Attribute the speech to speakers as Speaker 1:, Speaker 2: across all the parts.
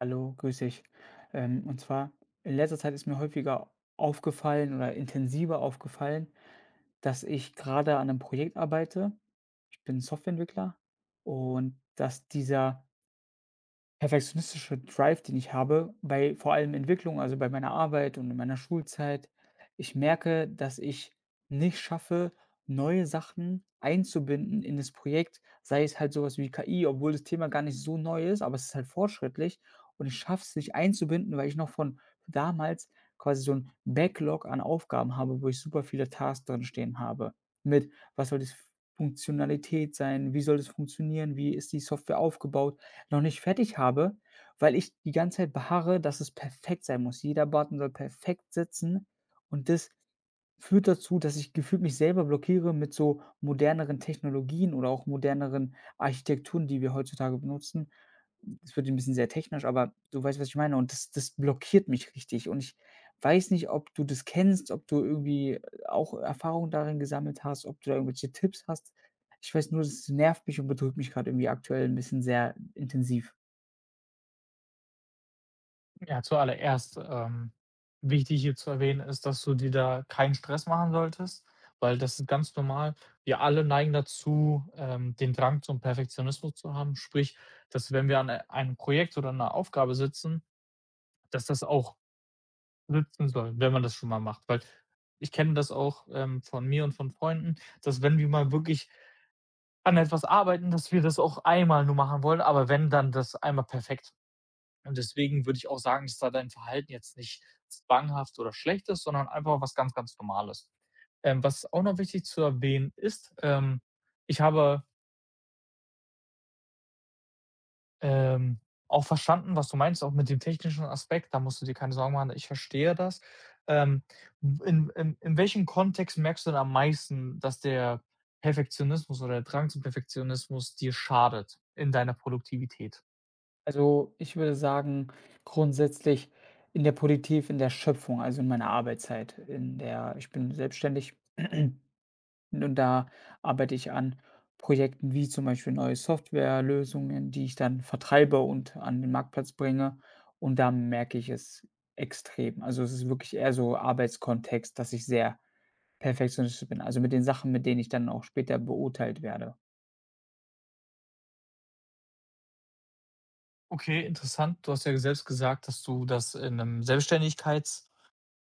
Speaker 1: Hallo, grüß dich. Und zwar, in letzter Zeit ist mir häufiger aufgefallen oder intensiver aufgefallen, dass ich gerade an einem Projekt arbeite. Ich bin Softwareentwickler und dass dieser perfektionistische Drive, den ich habe, bei vor allem Entwicklung, also bei meiner Arbeit und in meiner Schulzeit. Ich merke, dass ich nicht schaffe, neue Sachen einzubinden in das Projekt, sei es halt sowas wie KI, obwohl das Thema gar nicht so neu ist, aber es ist halt fortschrittlich und ich schaffe es nicht einzubinden, weil ich noch von damals quasi so ein Backlog an Aufgaben habe, wo ich super viele Tasks drin stehen habe. Mit was soll das Funktionalität sein? Wie soll das funktionieren? Wie ist die Software aufgebaut? Noch nicht fertig habe, weil ich die ganze Zeit beharre, dass es perfekt sein muss. Jeder Button soll perfekt sitzen und das führt dazu, dass ich gefühlt mich selber blockiere mit so moderneren Technologien oder auch moderneren Architekturen, die wir heutzutage benutzen. Das wird ein bisschen sehr technisch, aber du weißt, was ich meine und das blockiert mich richtig und ich weiß nicht, ob du das kennst, ob du irgendwie auch Erfahrung darin gesammelt hast, ob du da irgendwelche Tipps hast. Ich weiß nur, das nervt mich und bedrückt mich gerade irgendwie aktuell ein bisschen sehr intensiv.
Speaker 2: Ja, zuallererst, wichtig hier zu erwähnen ist, dass du dir da keinen Stress machen solltest, weil das ist ganz normal. Wir alle neigen dazu, den Drang zum Perfektionismus zu haben. Sprich, dass wenn wir an einem Projekt oder einer Aufgabe sitzen, dass das auch sitzen soll, wenn man das schon mal macht. Weil ich kenne das auch von mir und von Freunden, dass wenn wir mal wirklich an etwas arbeiten, dass wir das auch einmal nur machen wollen, aber wenn dann das einmal perfekt und deswegen würde ich auch sagen, dass da dein Verhalten jetzt nicht zwanghaft oder schlecht ist, sondern einfach was ganz, ganz Normales. Was auch noch wichtig zu erwähnen ist, ich habe, ähm, auch verstanden, was du meinst, auch mit dem technischen Aspekt, da musst du dir keine Sorgen machen, ich verstehe das. Ähm, in welchem Kontext merkst du denn am meisten, dass der Perfektionismus oder der Drang zum Perfektionismus dir schadet in deiner Produktivität?
Speaker 1: Also, ich würde sagen, grundsätzlich in der Politik, in der Schöpfung, also in meiner Arbeitszeit, in der ich bin selbstständig und da arbeite ich an Projekten wie zum Beispiel neue Softwarelösungen, die ich dann vertreibe und an den Marktplatz bringe. Und da merke ich es extrem. Also, es ist wirklich eher so Arbeitskontext, dass ich sehr perfektionistisch bin, also mit den Sachen, mit denen ich dann auch später beurteilt werde.
Speaker 2: Okay, interessant. Du hast ja selbst gesagt, dass du das in einem Selbstständigkeits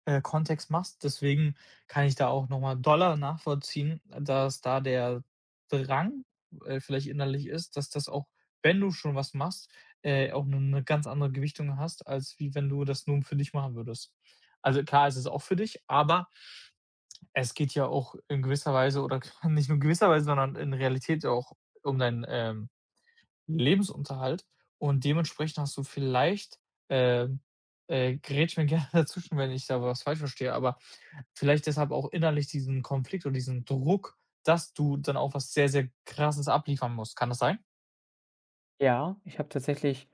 Speaker 2: Kontext machst. Deswegen kann ich da auch nochmal mal doller nachvollziehen, dass da der Drang, vielleicht innerlich ist, dass das auch, wenn du schon was machst, auch eine ganz andere Gewichtung hast, als wie wenn du das nun für dich machen würdest. Also, klar, es ist auch für dich, aber es geht ja auch in gewisser Weise oder nicht nur in gewisser Weise, sondern in Realität auch um dein, Lebensunterhalt und dementsprechend hast du vielleicht, ähm grätsch mir gerne dazwischen, wenn ich da was falsch verstehe, aber vielleicht deshalb auch innerlich diesen Konflikt oder diesen Druck, dass du dann auch was sehr, sehr Krasses abliefern musst. Kann das sein?
Speaker 1: Ja, ich habe tatsächlich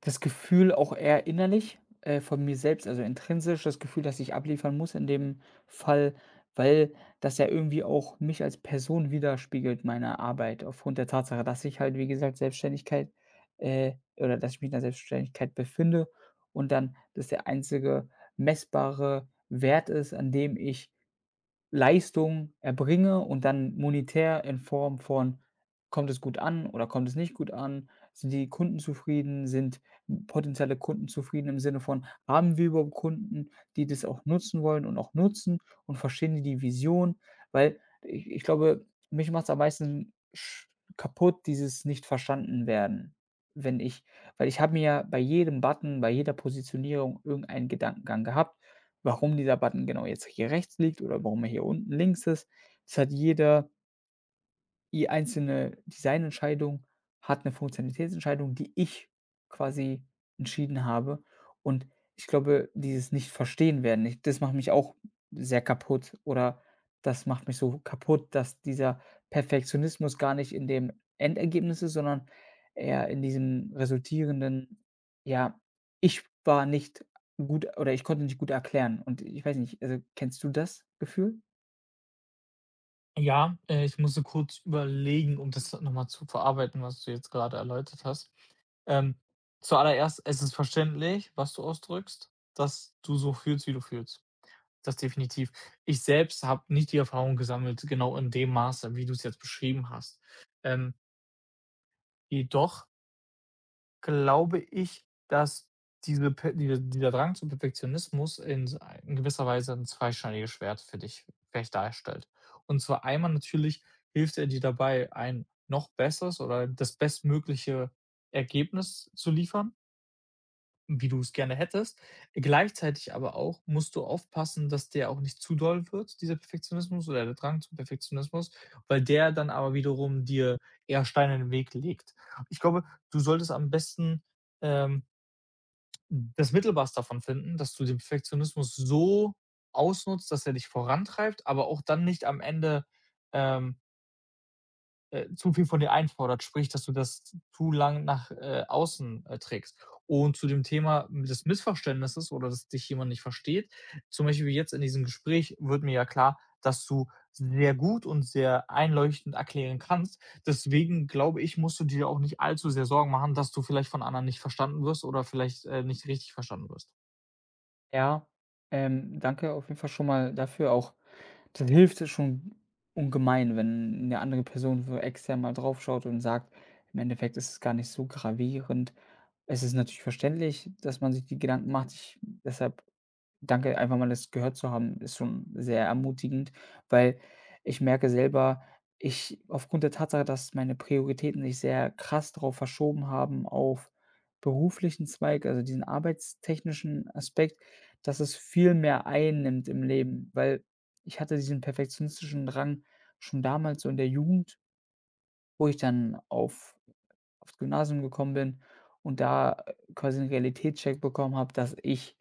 Speaker 1: das Gefühl auch eher innerlich, von mir selbst, also intrinsisch das Gefühl, dass ich abliefern muss in dem Fall, weil das ja irgendwie auch mich als Person widerspiegelt, meine Arbeit, aufgrund der Tatsache, dass ich halt, wie gesagt, Selbstständigkeit, oder dass ich mich in der Selbstständigkeit befinde und dann das der einzige messbare Wert ist, an dem ich Leistung erbringe und dann monetär in Form von: Kommt es gut an oder kommt es nicht gut an? Sind die Kunden zufrieden? Sind potenzielle Kunden zufrieden im Sinne von: Haben wir überhaupt Kunden, die das auch nutzen wollen und auch nutzen und verstehen die Vision? Weil ich glaube, mich macht's am meisten sch kaputt, dieses Nicht-Verstanden-Werden, wenn ich weil ich habe mir ja bei jedem Button, bei jeder Positionierung irgendeinen Gedankengang gehabt warum dieser Button genau jetzt hier rechts liegt oder warum er hier unten links ist. Das hat jeder die einzelne Designentscheidung hat eine Funktionalitätsentscheidung, die ich quasi entschieden habe. Und ich glaube, dieses Nicht-Verstehen werden nicht das macht mich auch sehr kaputt oder das macht mich so kaputt, dass dieser Perfektionismus gar nicht in dem Endergebnis ist, sondern eher in diesem resultierenden, ja, ich war nicht gut oder ich konnte nicht gut erklären. Und ich weiß nicht, also, kennst du das Gefühl?
Speaker 2: Ja, ich musste kurz überlegen, um das nochmal zu verarbeiten, was du jetzt gerade erläutert hast. Ähm, Zuallererst, es ist verständlich, was du ausdrückst, dass du so fühlst, wie du fühlst. Das definitiv. Ich selbst habe nicht die Erfahrung gesammelt, genau in dem Maße, wie du es jetzt beschrieben hast. Ähm, Jedoch glaube ich, dass diese Pe diese dieser Drang zum Perfektionismus in gewisser Weise ein zweischneidiges Schwert für dich vielleicht darstellt. Und zwar einmal natürlich hilft er dir dabei, ein noch besseres oder das bestmögliche Ergebnis zu liefern, wie du es gerne hättest. Gleichzeitig aber auch musst du aufpassen, dass der auch nicht zu doll wird, dieser Perfektionismus oder der Drang zum Perfektionismus, weil der dann aber wiederum dir eher Steine in den Weg legt. Ich glaube, du solltest am besten, ähm, das Mittelmaß davon finden, dass du den Perfektionismus so ausnutzt, dass er dich vorantreibt, aber auch dann nicht am Ende, ähm zu viel von dir einfordert, sprich, dass du das zu lang nach, außen, trägst. Und zu dem Thema des Missverständnisses oder dass dich jemand nicht versteht, zum Beispiel wie jetzt in diesem Gespräch wird mir ja klar, dass du sehr gut und sehr einleuchtend erklären kannst. Deswegen glaube ich, musst du dir auch nicht allzu sehr Sorgen machen, dass du vielleicht von anderen nicht verstanden wirst oder vielleicht, nicht richtig verstanden wirst.
Speaker 1: Ja, danke auf jeden Fall schon mal dafür auch dann hilft es schon ungemein, wenn eine andere Person so extern mal drauf schaut und sagt: „Im Endeffekt ist es gar nicht so gravierend.“ Es ist natürlich verständlich, dass man sich die Gedanken macht. Ich deshalb Danke, einfach mal das gehört zu haben, ist schon sehr ermutigend, weil ich merke selber, ich aufgrund der Tatsache, dass meine Prioritäten sich sehr krass darauf verschoben haben auf beruflichen Zweig, also diesen arbeitstechnischen Aspekt, dass es viel mehr einnimmt im Leben, weil ich hatte diesen perfektionistischen Drang schon damals so in der Jugend, wo ich dann aufs Gymnasium gekommen bin und da, quasi 'n Realitätscheck bekommen habe, dass ich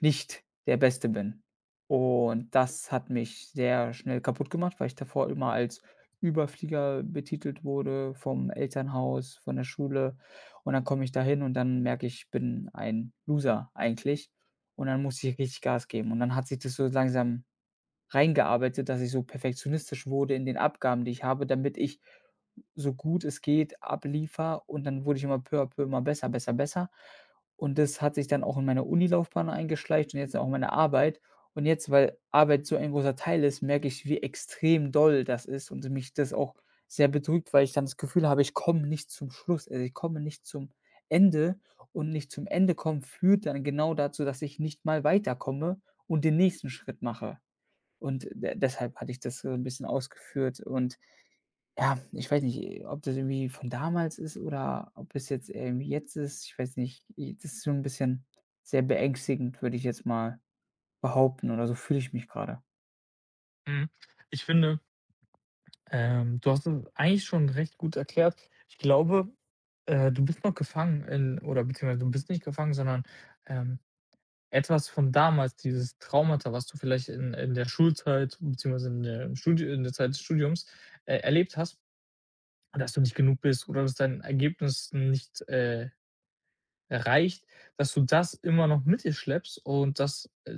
Speaker 1: nicht der Beste bin. Und das hat mich sehr schnell kaputt gemacht, weil ich davor immer als Überflieger betitelt wurde vom Elternhaus, von der Schule. Und dann komme ich da hin und dann merke ich, ich bin ein Loser eigentlich. Und dann musste ich richtig Gas geben. Und dann hat sich das so langsam reingearbeitet, dass ich so perfektionistisch wurde in den Abgaben, die ich habe, damit ich so gut es geht abliefere und dann wurde ich immer peu à peu immer besser, besser, besser. Und das hat sich dann auch in meine Unilaufbahn eingeschleicht und jetzt auch in meine Arbeit. Und jetzt, weil Arbeit so ein großer Teil ist, merke ich, wie extrem doll das ist und mich das auch sehr bedrückt, weil ich dann das Gefühl habe, ich komme nicht zum Schluss. Also, ich komme nicht zum Ende und nicht zum Ende kommen führt dann genau dazu, dass ich nicht mal weiterkomme und den nächsten Schritt mache. Und de deshalb hatte ich das so ein bisschen ausgeführt und ja, ich weiß nicht, ob das irgendwie von damals ist oder ob es jetzt irgendwie jetzt ist. Ich weiß nicht, i das ist so ein bisschen sehr beängstigend, würde ich jetzt mal behaupten oder so fühle ich mich gerade.
Speaker 2: Mhm. Ich finde, du hast es eigentlich schon recht gut erklärt. Ich glaube du bist noch gefangen in oder beziehungsweise du bist nicht gefangen, sondern, ähm, etwas von damals, dieses Traumata, was du vielleicht in der Schulzeit beziehungsweise in der im Studi in der Zeit des Studiums, erlebt hast, dass du nicht genug bist oder dass dein Ergebnis nicht, reicht, dass du das immer noch mit dir schleppst und dass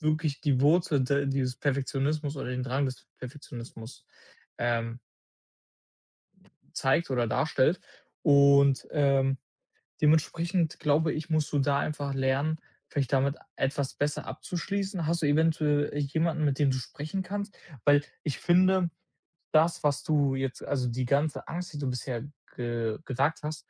Speaker 2: wirklich die Wurzel de dieses Perfektionismus oder den Drang des Perfektionismus, ähm, zeigt oder darstellt und, dementsprechend glaube ich, musst du da einfach lernen, vielleicht damit etwas besser abzuschließen. Hast du eventuell jemanden, mit dem du sprechen kannst? Weil ich finde, das, was du jetzt also die ganze Angst, die du bisher ge gesagt hast,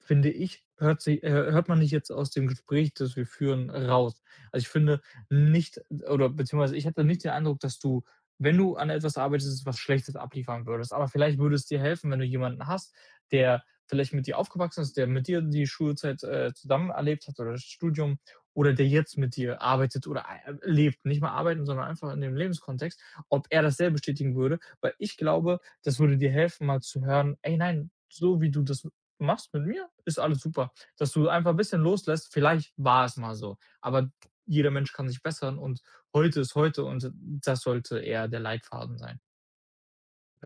Speaker 2: finde ich, hört sie hört man nicht jetzt aus dem Gespräch, das wir führen, raus. Also, ich finde nicht oder beziehungsweise ich hatte nicht den Eindruck, dass du, wenn du an etwas arbeitest, was Schlechtes abliefern würdest. Aber vielleicht würde es dir helfen, wenn du jemanden hast, der vielleicht mit dir aufgewachsen ist, der mit dir die Schulzeit, zusammen erlebt hat oder das Studium oder der jetzt mit dir arbeitet oder ei lebt. Nicht mal arbeiten, sondern einfach in dem Lebenskontext, ob er das selber bestätigen würde. Weil ich glaube, das würde dir helfen, mal zu hören: „Ey, nein, so wie du das machst mit mir, ist alles super. Dass du einfach 'n bisschen loslässt, vielleicht war es mal so, aber jeder Mensch kann sich bessern und heute ist heute und das sollte eher der Leitfaden sein."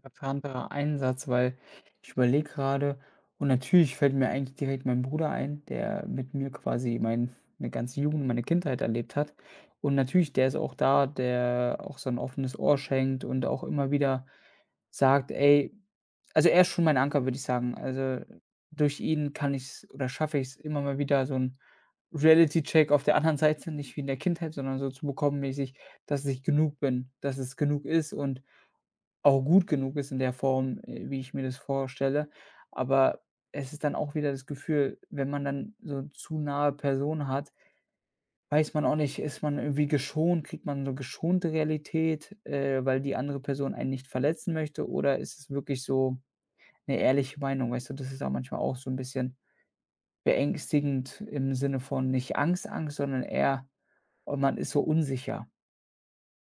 Speaker 1: Verplanter Einsatz, weil ich überlege gerade und natürlich fällt mir eigentlich direkt mein Bruder ein, der mit mir quasi meine ganze Jugend, meine Kindheit erlebt hat. Und natürlich, der ist auch da, der auch so ein offenes Ohr schenkt und auch immer wieder sagt: „Ey“ also, er ist schon mein Anker, würde ich sagen. Also, durch ihn kann ich's oder schaffe ich es immer mal wieder so ein Reality-Check auf der anderen Seite, nicht wie in der Kindheit, sondern so zu bekommen mäßig, dass ich genug bin, dass es genug ist und auch gut genug ist in der Form, wie ich mir das vorstelle. Aber es ist dann auch wieder das Gefühl, wenn man dann so zu nahe Personen hat, weiß man auch nicht, ist man irgendwie geschont, kriegt man so geschonte Realität, weil die andere Person einen nicht verletzen möchte oder ist es wirklich so eine ehrliche Meinung? Weißt du, das ist auch manchmal auch so ein bisschen beängstigend im Sinne von nicht Angst, Angst, sondern eher, und man ist so unsicher.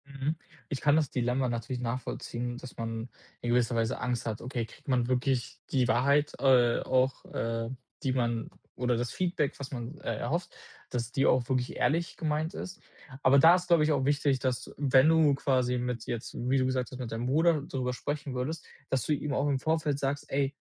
Speaker 2: Mhm. Ich kann das Dilemma natürlich nachvollziehen, dass man in gewisser Weise Angst hat. Okay, kriegt man wirklich die Wahrheit, auch, die man oder das Feedback, was man, erhofft, dass die auch wirklich ehrlich gemeint ist. Aber da ist, glaube ich, auch wichtig, dass wenn du quasi mit jetzt, wie du gesagt hast, mit deinem Bruder darüber sprechen würdest, dass du ihm auch im Vorfeld sagst: „Ey,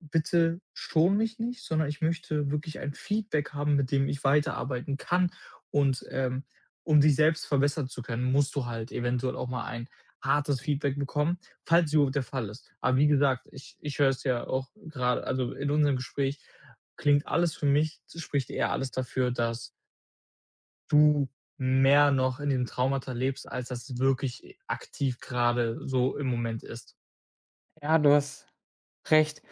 Speaker 2: bitte schon mich nicht, sondern ich möchte wirklich ein Feedback haben, mit dem ich weiterarbeiten kann. Und, um dich selbst verbessern zu können, musst du halt eventuell auch mal ein hartes Feedback bekommen, falls überhaupt der Fall ist." Aber wie gesagt, ich höre es ja auch gerade, also, in unserem Gespräch klingt alles für mich spricht eher alles dafür, dass du mehr noch in dem Traumata lebst, als dass es wirklich aktiv gerade so im Moment ist.
Speaker 1: Ja, du hast recht.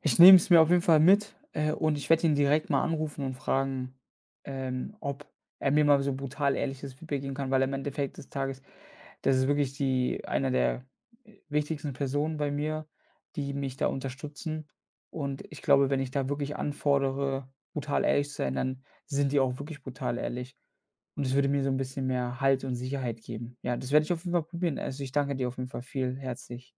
Speaker 1: Ich nehme es mir auf jeden Fall mit, und ich werde ihn direkt mal anrufen und fragen, ob er mir mal so brutal ehrliches Feedback geben kann, weil im Endeffekt des Tages das ist wirklich die einer der, wichtigsten Personen bei mir, die mich da unterstützen. Und ich glaube, wenn ich da wirklich anfordere, brutal ehrlich zu sein, dann sind die auch wirklich brutal ehrlich. Und es würde mir so ein bisschen mehr Halt und Sicherheit geben. Ja, das werde ich auf jeden Fall probieren. Also, ich danke dir auf jeden Fall viel herzlich.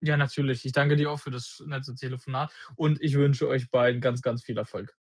Speaker 2: Ja, natürlich. Ich danke dir auch für das nette Telefonat und ich wünsche euch beiden ganz, ganz viel Erfolg.